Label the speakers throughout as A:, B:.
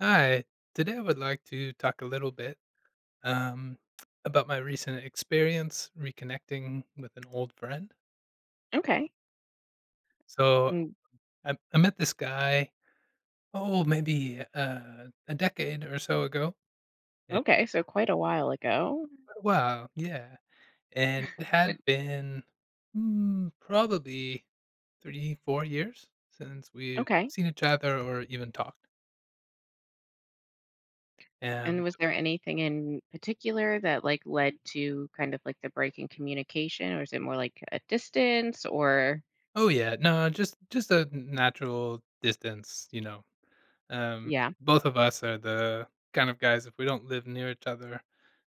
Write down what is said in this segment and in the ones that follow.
A: Hi. Today I would like to talk a little bit um, about my recent experience reconnecting with an old friend.
B: Okay.
A: So
B: And
A: I met this guy, oh, maybe a decade or so ago. And,
B: okay, so quite a while ago.
A: wow, yeah. And it had been probably three, 4 years since we've
B: Okay.
A: seen each other or even talked.
B: And
A: And
B: was there anything in particular that led to the break in communication, or is it more like a distance or
A: oh yeah, no, just a natural distance, Um,
B: yeah.
A: both of us are the kind of guys, if we don't live near each other,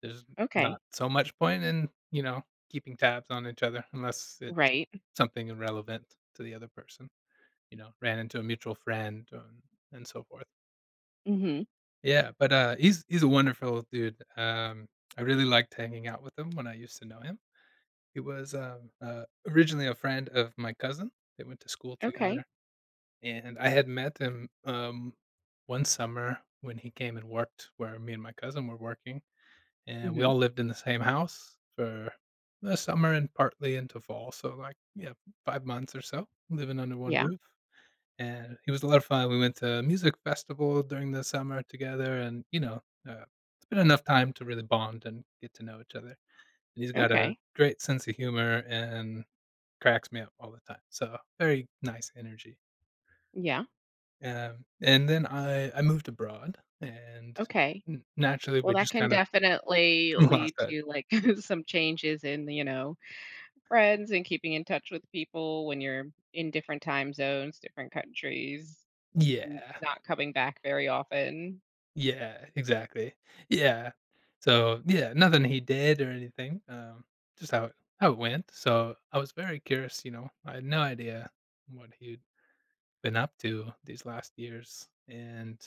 A: there's
B: Okay.
A: not so much point in, keeping tabs on each other unless it's
B: Right.
A: something irrelevant to the other person. You know, ran into a mutual friend and so forth.
B: Mhm.
A: Yeah, but he's a wonderful dude. I really liked hanging out with him when I used to know him. He was originally a friend of my cousin. They went to school together,
B: Okay.
A: and I had met him, one summer when he came and worked where me and my cousin were working, and we
B: Mhm.
A: all lived in the same house for the summer and partly into fall, so, like, yeah, 5 months or so living under one
B: Yeah.
A: roof, and he was a lot of fun. We went to a music festival during the summer together and, uh, it's been enough time to really bond and get to know each other, and he's got a
B: Okay.
A: great sense of humor and cracks me up all the time, so very nice energy.
B: Yeah.
A: And then I moved abroad, and
B: Okay.
A: n naturally,
B: Well,
A: we
B: that
A: just
B: can
A: kind of
B: definitely
A: lost
B: lead
A: that.
B: to some changes in, friends and keeping in touch with people when you're in different time zones, different countries. N
A: Yeah.
B: not coming back very often.
A: Yeah, exactly. Yeah. So, yeah, nothing he did or anything, just how it went. So, I was very curious, you know, I had no idea what he'd been up to these last years, and,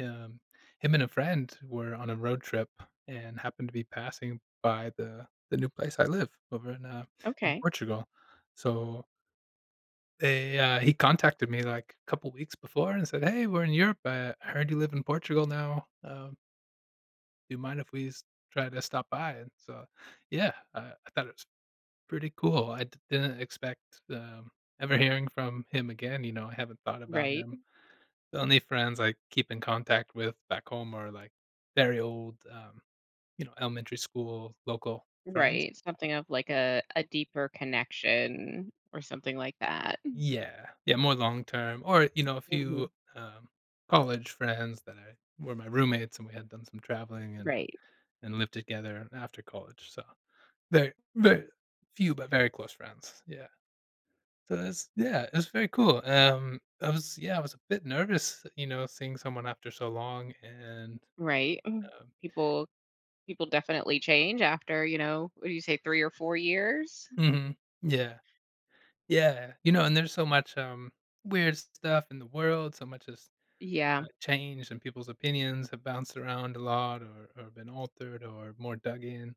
A: um, him and a friend were on a road trip and happened to be passing by the new place I live over in
B: Okay.
A: Portugal. So they he contacted me like a couple weeks before and said, "Hey, we're in Europe. I heard you live in Portugal now. Do you mind if try to stop by?" And so, yeah, I thought it was pretty cool. Didn't expect um, ever hearing from him again. You know, I haven't thought about
B: Right,
A: him. The only friends I keep in contact with back home are like very old, elementary school local friends.
B: right. Something of like a deeper connection or something like that.
A: Yeah, yeah, more long term, or, you know, a
B: Mhm.
A: few, um, college friends that I were my roommates, and we had done some traveling
B: Right,
A: and lived together after college, so very, very few, but very close friends, yeah. So that's yeah, it was very cool, I was yeah, I was a bit nervous, you know, seeing someone after so long
B: right.
A: um
B: People people definitely change after, you know, what do you say, 3 or 4 years?
A: Mhm, yeah, yeah, you know, and there's so much, weird stuff in the world, so much is
B: Yeah,
A: changed and people's opinions have bounced around a lot or been altered or more dug in.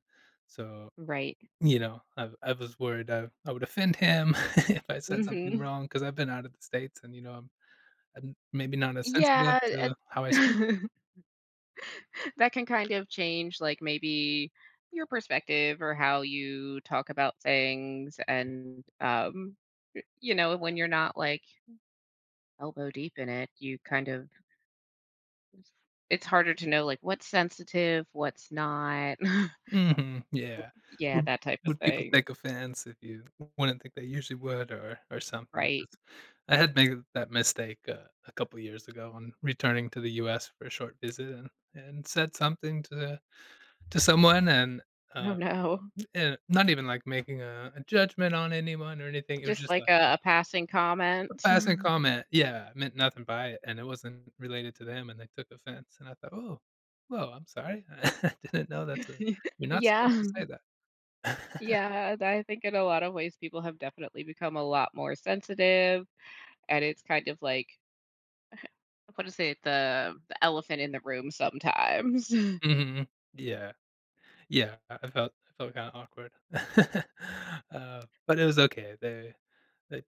A: So,
B: right.
A: you know, I was worried I would offend him if I said something
B: Mhm.
A: wrong because I've been out of the States and, you know, I'm maybe not as sensitive
B: Yeah,
A: to how I speak.
B: and that can kind of change, like, maybe your perspective or how you talk about things, and, you know, when you're not, elbow deep in it, you kind of it's harder to know like what's sensitive, what's not.
A: Hmm, yeah.
B: Yeah,
A: Would,
B: that type of
A: would people
B: thing.
A: take offense if you wouldn't think they usually would or something?
B: Right.
A: 'Cause I had made that mistake a couple years ago on returning to the U.S. for a short visit and said something to someone
B: Oh
A: uh,
B: no.
A: and not even like making a judgment on anyone or anything. It was
B: Just
A: just
B: like
A: like
B: a passing
A: a
B: comment.
A: passing comment. Yeah, I meant nothing by it, and it wasn't related to them, and they took offense. And I thought, oh, well, I'm sorry, I didn't know that's a. You're not supposed
B: Yeah.
A: to say that.
B: Yeah. I think in a lot of ways people have definitely become a lot more sensitive. And it's kind of like, what is it, the elephant in the room sometimes.
A: hmm. Yeah, yeah. I felt I felt kind of awkward, uh, but it was okay. They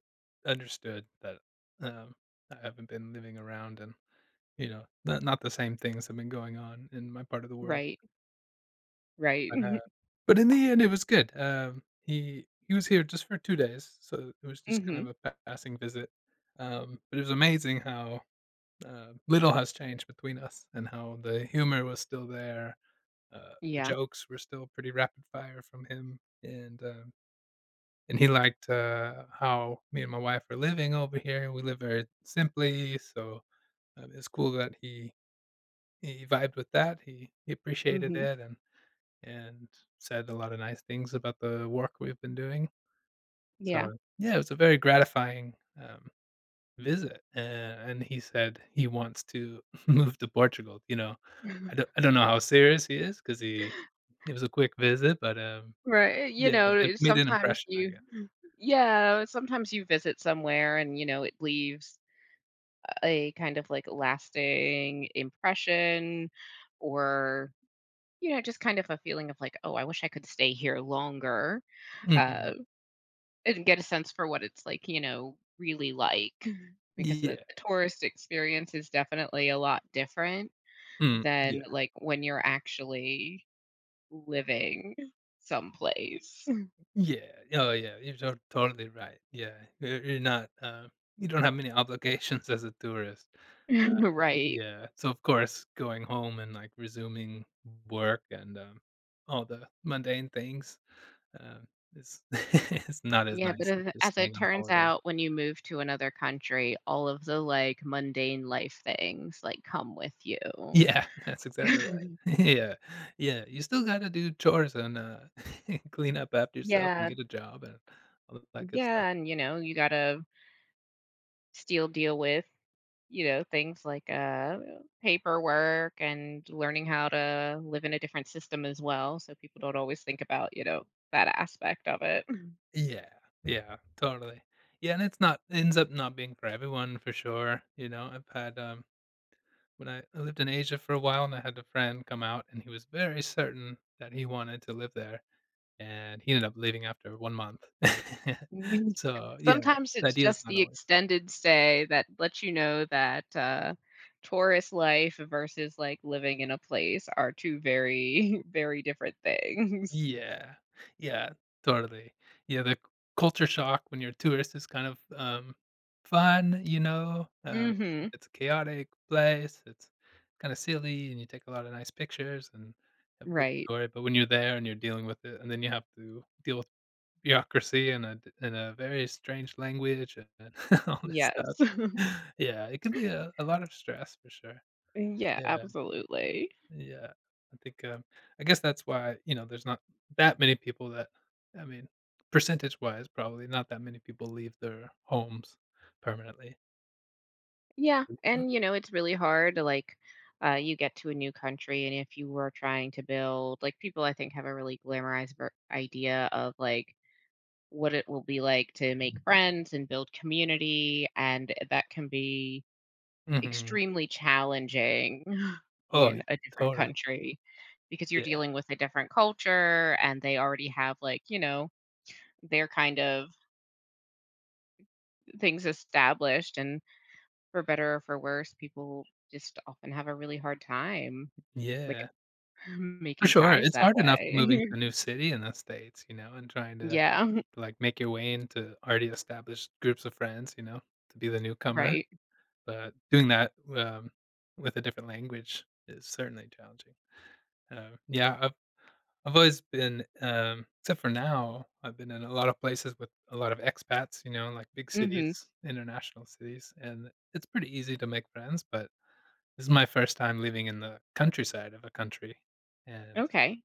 A: understood that um, I haven't been living around and you know, not the same things have been going on in my part of the world,
B: Right.
A: but,
B: Right.
A: uh but in the end, it was good. He was here just for 2 days, so it was just kind
B: Hmm.
A: of a pa passing visit, but it was amazing how, little has changed between us and how the humor was still there, the
B: Yeah.
A: jokes were still pretty rapid fire from him, and he liked, how me and my wife are living over here, we live very simply, so, it's cool that he vibed with that, he appreciated
B: Hmm.
A: it and said a lot of nice things about the work we've been doing. So,
B: Yeah.
A: yeah, it was a very gratifying, um, visit, a and he said he wants to move to Portugal, you know? I don't I don't know how serious he is because he it was a quick visit, but,
B: Right, you
A: yeah, it
B: know,
A: made an
B: sometimes
A: impression, I
B: you
A: guess.
B: yeah, sometimes you visit somewhere and, you know, it leaves a kind of, like, lasting impression or, you know, just kind of a feeling of like, "Oh, I wish I could stay here longer,"
A: Mhm.
B: uh, and get a sense for what it's like, you know, really like, mhm, because the
A: Yeah.
B: tourist experience is definitely a lot different
A: Mm,
B: than,
A: yeah.
B: like, when you're actually living someplace.
A: Yeah. Oh, yeah, you're so totally right. Yeah. You're not, you don't have many obligations as a tourist.
B: Right.
A: Yeah. So of course, going home and like resuming work and all the mundane things um, is is not as
B: Yeah, but
A: nice as
B: as
A: just staying
B: it
A: on
B: turns
A: holiday.
B: out, when you move to another country, all of the, like, mundane life things, like, come with you.
A: Yeah, that's exactly right. yeah, yeah. You still got to do chores and clean up after yourself and
B: Yeah,
A: get a job and all that good stuff.
B: yeah, and, you know, you gotta still deal with, you know, things like, paperwork, and learning how to live in a different system as well, so people don't always think about, you know, that aspect of it.
A: Yeah, yeah, totally. Yeah, and it's not ends up not being for everyone for sure. You know, I've had. When I lived in Asia for a while and I had a friend come out and he was very certain that he wanted to live there, and he ended up leaving after 1 month.
B: Mhm.
A: So, yeah,
B: Sometimes
A: the
B: it's
A: idea is
B: just
A: not
B: the
A: always.
B: extended stay that lets you know that, tourist life versus, like, living in a place are 2 very, very different things.
A: Yeah. Yeah, totally. Yeah, the c culture shock when you're a tourist is kind of, fun, you know?
B: Mhm.
A: It's a chaotic place, it's kinda silly, and you take a lot of nice pictures and have a good
B: Right.
A: story, but when you're there and you're dealing with it, and then you have to deal with bureaucracy and a d and a very strange language and all this stuff.
B: Yes.
A: Yeah, it can be a lot of stress for sure.
B: Yeah,
A: Yeah,
B: absolutely.
A: yeah. I think, I guess that's why, you know, there's not that many people that I mean, percentage-wise, probably not that many people leave their homes permanently.
B: Yeah,
A: M.
B: and, you know, it's really hard to, you get to a new country, and if you were trying to build like, people, I think, have a really glamorized ver idea of, like, what it will be like to make friends and build community, and that can be
A: Mhm.
B: extremely challenging
A: Oh,
B: in a different
A: totally.
B: country, because you're
A: Yeah.
B: dealing with a different culture and they already have like, you know, their kind of things established, and for better or for worse, people just often have a really hard time like
A: Yeah. For
B: making
A: sure,
B: ties
A: it's
B: that
A: hard enough moving to
B: way.
A: a new city in the States, you know, and trying to
B: Yeah,
A: like, make your way into already established groups of friends, you know, to be the newcomer,
B: right.
A: but doing that, with a different language is certainly challenging. Yeah, I've always been, except for now, I've been in a lot of places with a lot of expats, you know, like big
B: Mhm.
A: cities, international cities, and it's pretty easy to make friends, but this is my first time living in the countryside of a country, and
B: Okay.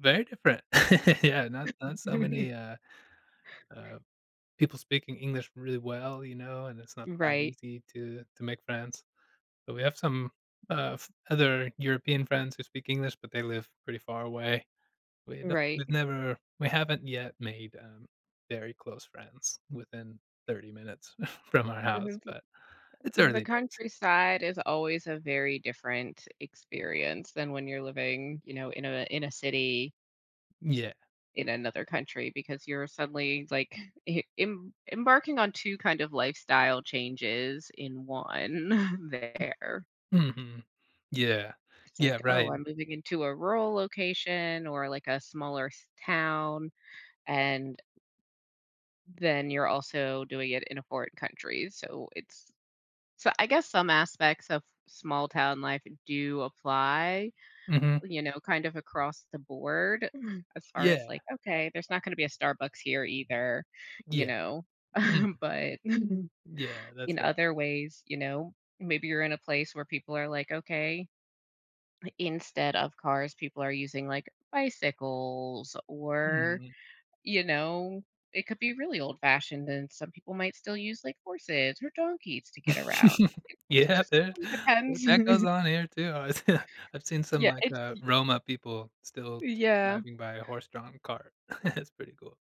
A: very different. Yeah, not so many, uh people speaking English really well, you know, and it's not that
B: Right.
A: easy to make friends. But we have some other European friends who speak English, but they live pretty far away. We don't,
B: Right.
A: we've never, we haven't yet made very close friends within 30 minutes from our house, but it's
B: The
A: early days.
B: countryside is always a very different experience than when you're living, you know, in a city
A: Yeah.
B: in another country, because you're suddenly like embarking on two kind of lifestyle changes in one there.
A: Hmm. Yeah.
B: It's
A: Yeah.
B: like, oh,
A: Right.
B: I'm moving into a rural location or like a smaller town, and then you're also doing it in a foreign country. So it's so I guess some aspects of small town life do apply,
A: Hmm.
B: you know, kind of across the board. Mhm. As far as
A: Yeah.
B: like, okay, there's not going to be a Starbucks here either, you
A: Yeah.
B: know,
A: Hmm.
B: but mhm,
A: Yeah. That's
B: in
A: right.
B: other ways, you know, maybe you're in a place where people are like, okay, instead of cars, people are using like bicycles, or,
A: Mhm.
B: you know, it could be really old fashioned and some people might still use like horses or donkeys to get around. It
A: Yeah,
B: just
A: there
B: really
A: that goes
B: depends.
A: on here too. I was I've seen some,
B: Yeah,
A: like,
B: it's
A: Roma people still
B: yeah.
A: driving by a horse-drawn cart. That's pretty cool.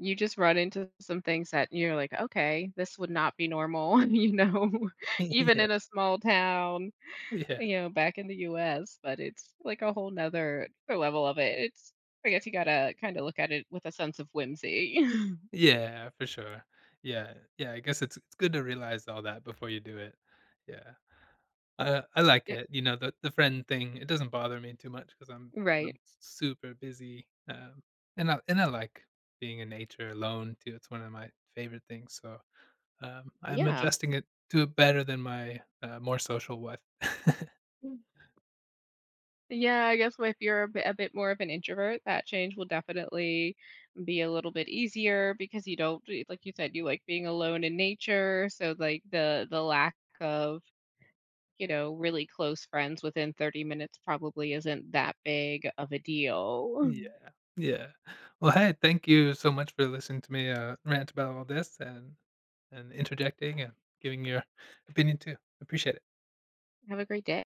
B: You just run into some things that you're like, "Okay, this would not be normal," you know, even
A: Yeah,
B: in a small town,
A: yeah,
B: you know, back in the US, but it's like a whole 'nother level of it. It's I guess you gotta kinda look at it with a sense of whimsy.
A: yeah, for sure. Yeah, yeah, I guess it's good to realize all that before you do it. Yeah. I like
B: Yeah,
A: it, you know, the friend thing, it doesn't bother me too much because I 'cause
B: right.
A: I'm super busy, and I like being in nature alone too, it's one of my favorite things, so um, I'm
B: Yeah.
A: adjusting it to it better than my, more social wife.
B: Mm. Yeah, I guess if you're a bit more of an introvert, that change will definitely be a little bit easier, because you don't like you said, you like being alone in nature, so, like, the lack of, you know, really close friends within 30 minutes probably isn't that big of a deal.
A: Yeah, yeah. Well, hey, thank you so much for listening to me, rant about all this and interjecting and giving your opinion too. Appreciate it.
B: Have a great day.